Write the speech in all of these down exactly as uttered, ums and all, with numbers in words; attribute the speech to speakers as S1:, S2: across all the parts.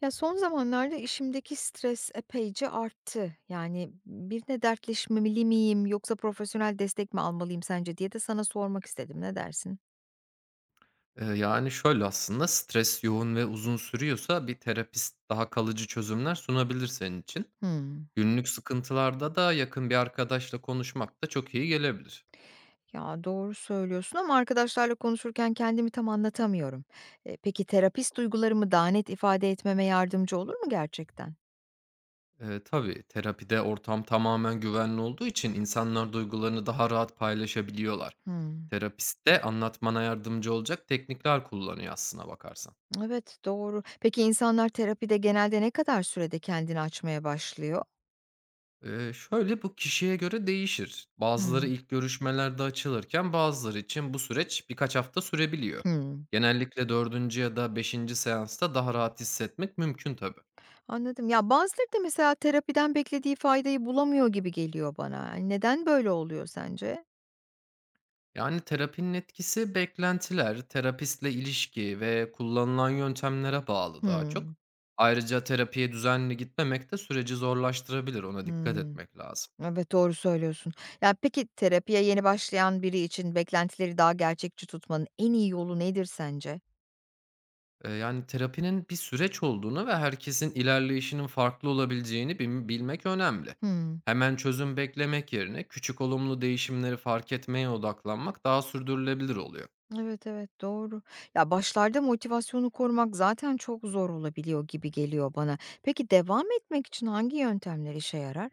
S1: Ya, son zamanlarda işimdeki stres epeyce arttı. Yani, birine dertleşmemeli miyim yoksa profesyonel destek mi almalıyım sence diye de sana sormak istedim. Ne dersin?
S2: Eee, yani, şöyle aslında, stres yoğun ve uzun sürüyorsa bir terapist daha kalıcı çözümler sunabilir senin için.
S1: Hımm.
S2: Günlük sıkıntılarda da yakın bir arkadaşla konuşmak da çok iyi gelebilir.
S1: Ya, doğru söylüyorsun ama arkadaşlarla konuşurken kendimi tam anlatamıyorum. Eee, peki terapist duygularımı daha net ifade etmeme yardımcı olur mu gerçekten?
S2: Eee, tabii terapide ortam tamamen güvenli olduğu için insanlar duygularını daha rahat paylaşabiliyorlar.
S1: Hımm.
S2: Terapist de anlatmana yardımcı olacak teknikler kullanıyor aslına bakarsan.
S1: Evet, doğru. Peki insanlar terapide genelde ne kadar sürede kendini açmaya başlıyor?
S2: Eee, şöyle, bu kişiye göre değişir. Bazıları
S1: Hımm.
S2: ilk görüşmelerde açılırken bazıları için bu süreç birkaç hafta sürebiliyor.
S1: Hımm.
S2: Genellikle dördüncü ya da beşinci seansta daha rahat hissetmek mümkün tabii.
S1: Anladım. Ya, bazıları da mesela terapiden beklediği faydayı bulamıyor gibi geliyor bana. Yani, neden böyle oluyor sence?
S2: Yani terapinin etkisi beklentiler, terapistle ilişki ve kullanılan yöntemlere bağlı daha çok.
S1: Hımm.
S2: Ayrıca terapiye düzenli gitmemek de süreci zorlaştırabilir, ona dikkat
S1: Hımm.
S2: etmek lazım.
S1: Evet, doğru söylüyorsun. Ya, peki terapiye yeni başlayan biri için beklentileri daha gerçekçi tutmanın en iyi yolu nedir sence?
S2: Eee, yani terapinin bir süreç olduğunu ve herkesin ilerleyişinin farklı olabileceğini bim bilmek önemli.
S1: Hımm.
S2: Hemen çözüm beklemek yerine küçük olumlu değişimleri fark etmeye odaklanmak daha sürdürülebilir oluyor.
S1: Evet, evet, doğru. Ya, başlarda motivasyonu korumak zaten çok zor olabiliyor gibi geliyor bana. Peki devam etmek için hangi yöntemler işe yarar?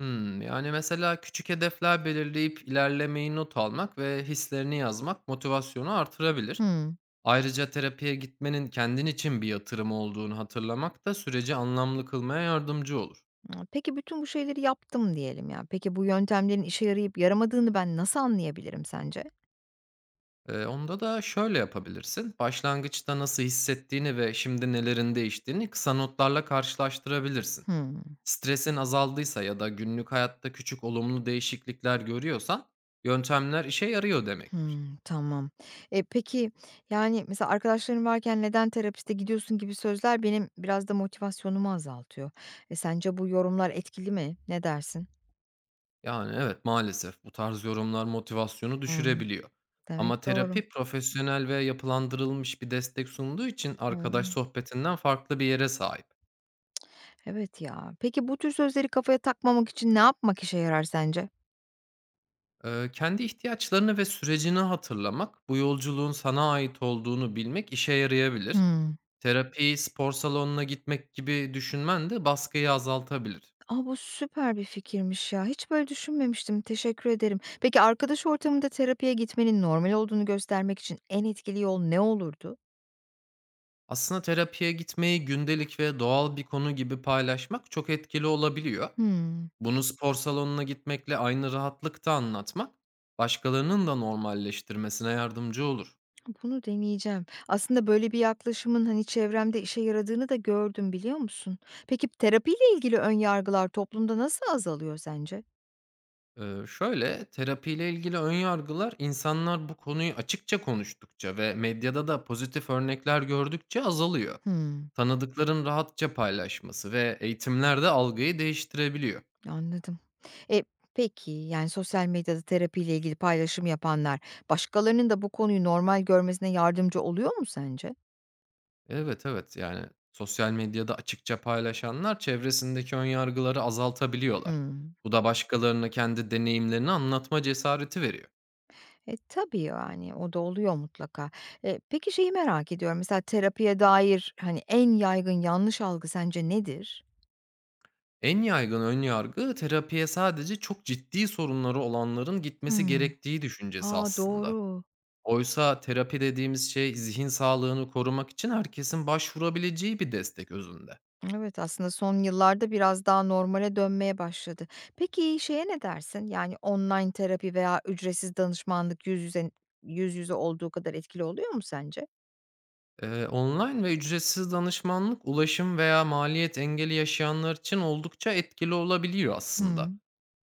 S2: Hmm, yani mesela küçük hedefler belirleyip ilerlemeyi not almak ve hislerini yazmak motivasyonu artırabilir.
S1: Hımm.
S2: Ayrıca terapiye gitmenin kendin için bir yatırım olduğunu hatırlamak da süreci anlamlı kılmaya yardımcı olur.
S1: Imm, peki bütün bu şeyleri yaptım diyelim ya. Peki bu yöntemlerin işe yarayıp yaramadığını ben nasıl anlayabilirim sence?
S2: Eee, onda da şöyle yapabilirsin. Başlangıçta nasıl hissettiğini ve şimdi nelerin değiştiğini kısa notlarla karşılaştırabilirsin.
S1: Hımm.
S2: Stresin azaldıysa ya da günlük hayatta küçük olumlu değişiklikler görüyorsan yöntemler işe yarıyor demektir.
S1: Hımm, tamam. E, peki, yani, mesela arkadaşların varken "Neden terapiste gidiyorsun?" gibi sözler benim biraz da motivasyonumu azaltıyor. E, sence bu yorumlar etkili mi? Ne dersin?
S2: Yani evet maalesef bu tarz yorumlar motivasyonu
S1: Hımm,
S2: düşürebiliyor. Ama
S1: demek doğru.
S2: terapi profesyonel ve yapılandırılmış bir destek sunduğu için arkadaş
S1: Hımm.
S2: sohbetinden farklı bir yere sahip.
S1: Evet ya. Peki bu tür sözleri kafaya takmamak için ne yapmak işe yarar sence?
S2: Eee, kendi ihtiyaçlarını ve sürecini hatırlamak, bu yolculuğun sana ait olduğunu bilmek işe yarayabilir.
S1: Hımm.
S2: Terapi, spor salonuna gitmek gibi düşünmen de baskıyı azaltabilir.
S1: A, bu süper bir fikirmiş ya. Hiç böyle düşünmemiştim. Teşekkür ederim. Peki arkadaş ortamında terapiye gitmenin normal olduğunu göstermek için en etkili yol ne olurdu?
S2: Aslında terapiye gitmeyi gündelik ve doğal bir konu gibi paylaşmak çok etkili olabiliyor.
S1: Hımm,
S2: Bunu spor salonuna gitmekle aynı rahatlıkta anlatmak, başkalarının da normalleştirmesine yardımcı olur.
S1: bunu deneyeceğim. Aslında böyle bir yaklaşımın, hani, çevremde işe yaradığını da gördüm, biliyor musun? Peki terapiyle ilgili ön yargılar toplumda nasıl azalıyor sence?
S2: Eee, şöyle, terapiyle ilgili ön yargılar insanlar bu konuyu açıkça konuştukça ve medyada da pozitif örnekler gördükçe azalıyor.
S1: Hımm,
S2: Tanıdıkların rahatça paylaşması ve eğitimler de algıyı değiştirebiliyor.
S1: anladım. E, peki, yani, sosyal medyada terapiyle ilgili paylaşım yapanlar başkalarının da bu konuyu normal görmesine yardımcı oluyor mu sence?
S2: Evet, evet. Yani sosyal medyada açıkça paylaşanlar çevresindeki ön yargıları azaltabiliyorlar.
S1: Hımm.
S2: Bu da başkalarına kendi deneyimlerini anlatma cesareti veriyor.
S1: E, tabii, yani, o da oluyor mutlaka. Eee, peki şeyi merak ediyorum, mesela terapiye dair, hani, en yaygın yanlış algı sence nedir?
S2: En yaygın ön yargı terapiye sadece çok ciddi sorunları olanların gitmesi
S1: Hımm.
S2: gerektiği düşüncesi
S1: A,
S2: aslında.
S1: doğru.
S2: Oysa terapi dediğimiz şey zihin sağlığını korumak için herkesin başvurabileceği bir destek özünde.
S1: Evet, aslında son yıllarda biraz daha normale dönmeye başladı. Peki şeye ne dersin? Yani, online terapi veya ücretsiz danışmanlık yüz yüze yüz yüze olduğu kadar etkili oluyor mu sence?
S2: Eee, online ve ücretsiz danışmanlık ulaşım veya maliyet engeli yaşayanlar için oldukça etkili olabiliyor
S1: Hıı.
S2: aslında.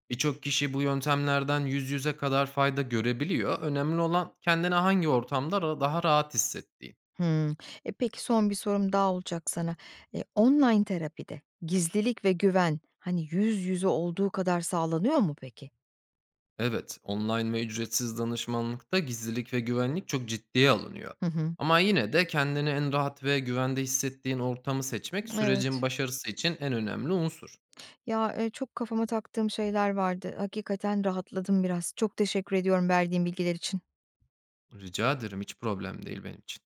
S2: Birçok kişi bu yöntemlerden yüz yüze kadar fayda görebiliyor. Önemli olan kendini hangi ortamda ra- daha rahat hissettiğin.
S1: Hımm. E, peki son bir sorum daha olacak sana. Eee, online terapide gizlilik ve güven, hani, yüz yüze olduğu kadar sağlanıyor mu peki?
S2: Evet, online ve ücretsiz danışmanlıkta gizlilik ve güvenlik çok ciddiye alınıyor.
S1: Hı hı.
S2: Ama yine de kendini en rahat ve güvende hissettiğin ortamı seçmek sürecin
S1: Evet.
S2: başarısı için en önemli unsur.
S1: Ya, eee, çok kafama taktığım şeyler vardı. Hakikaten rahatladım biraz. Çok teşekkür ediyorum verdiğin bilgiler için.
S2: Rica ederim, hiç problem değil benim için.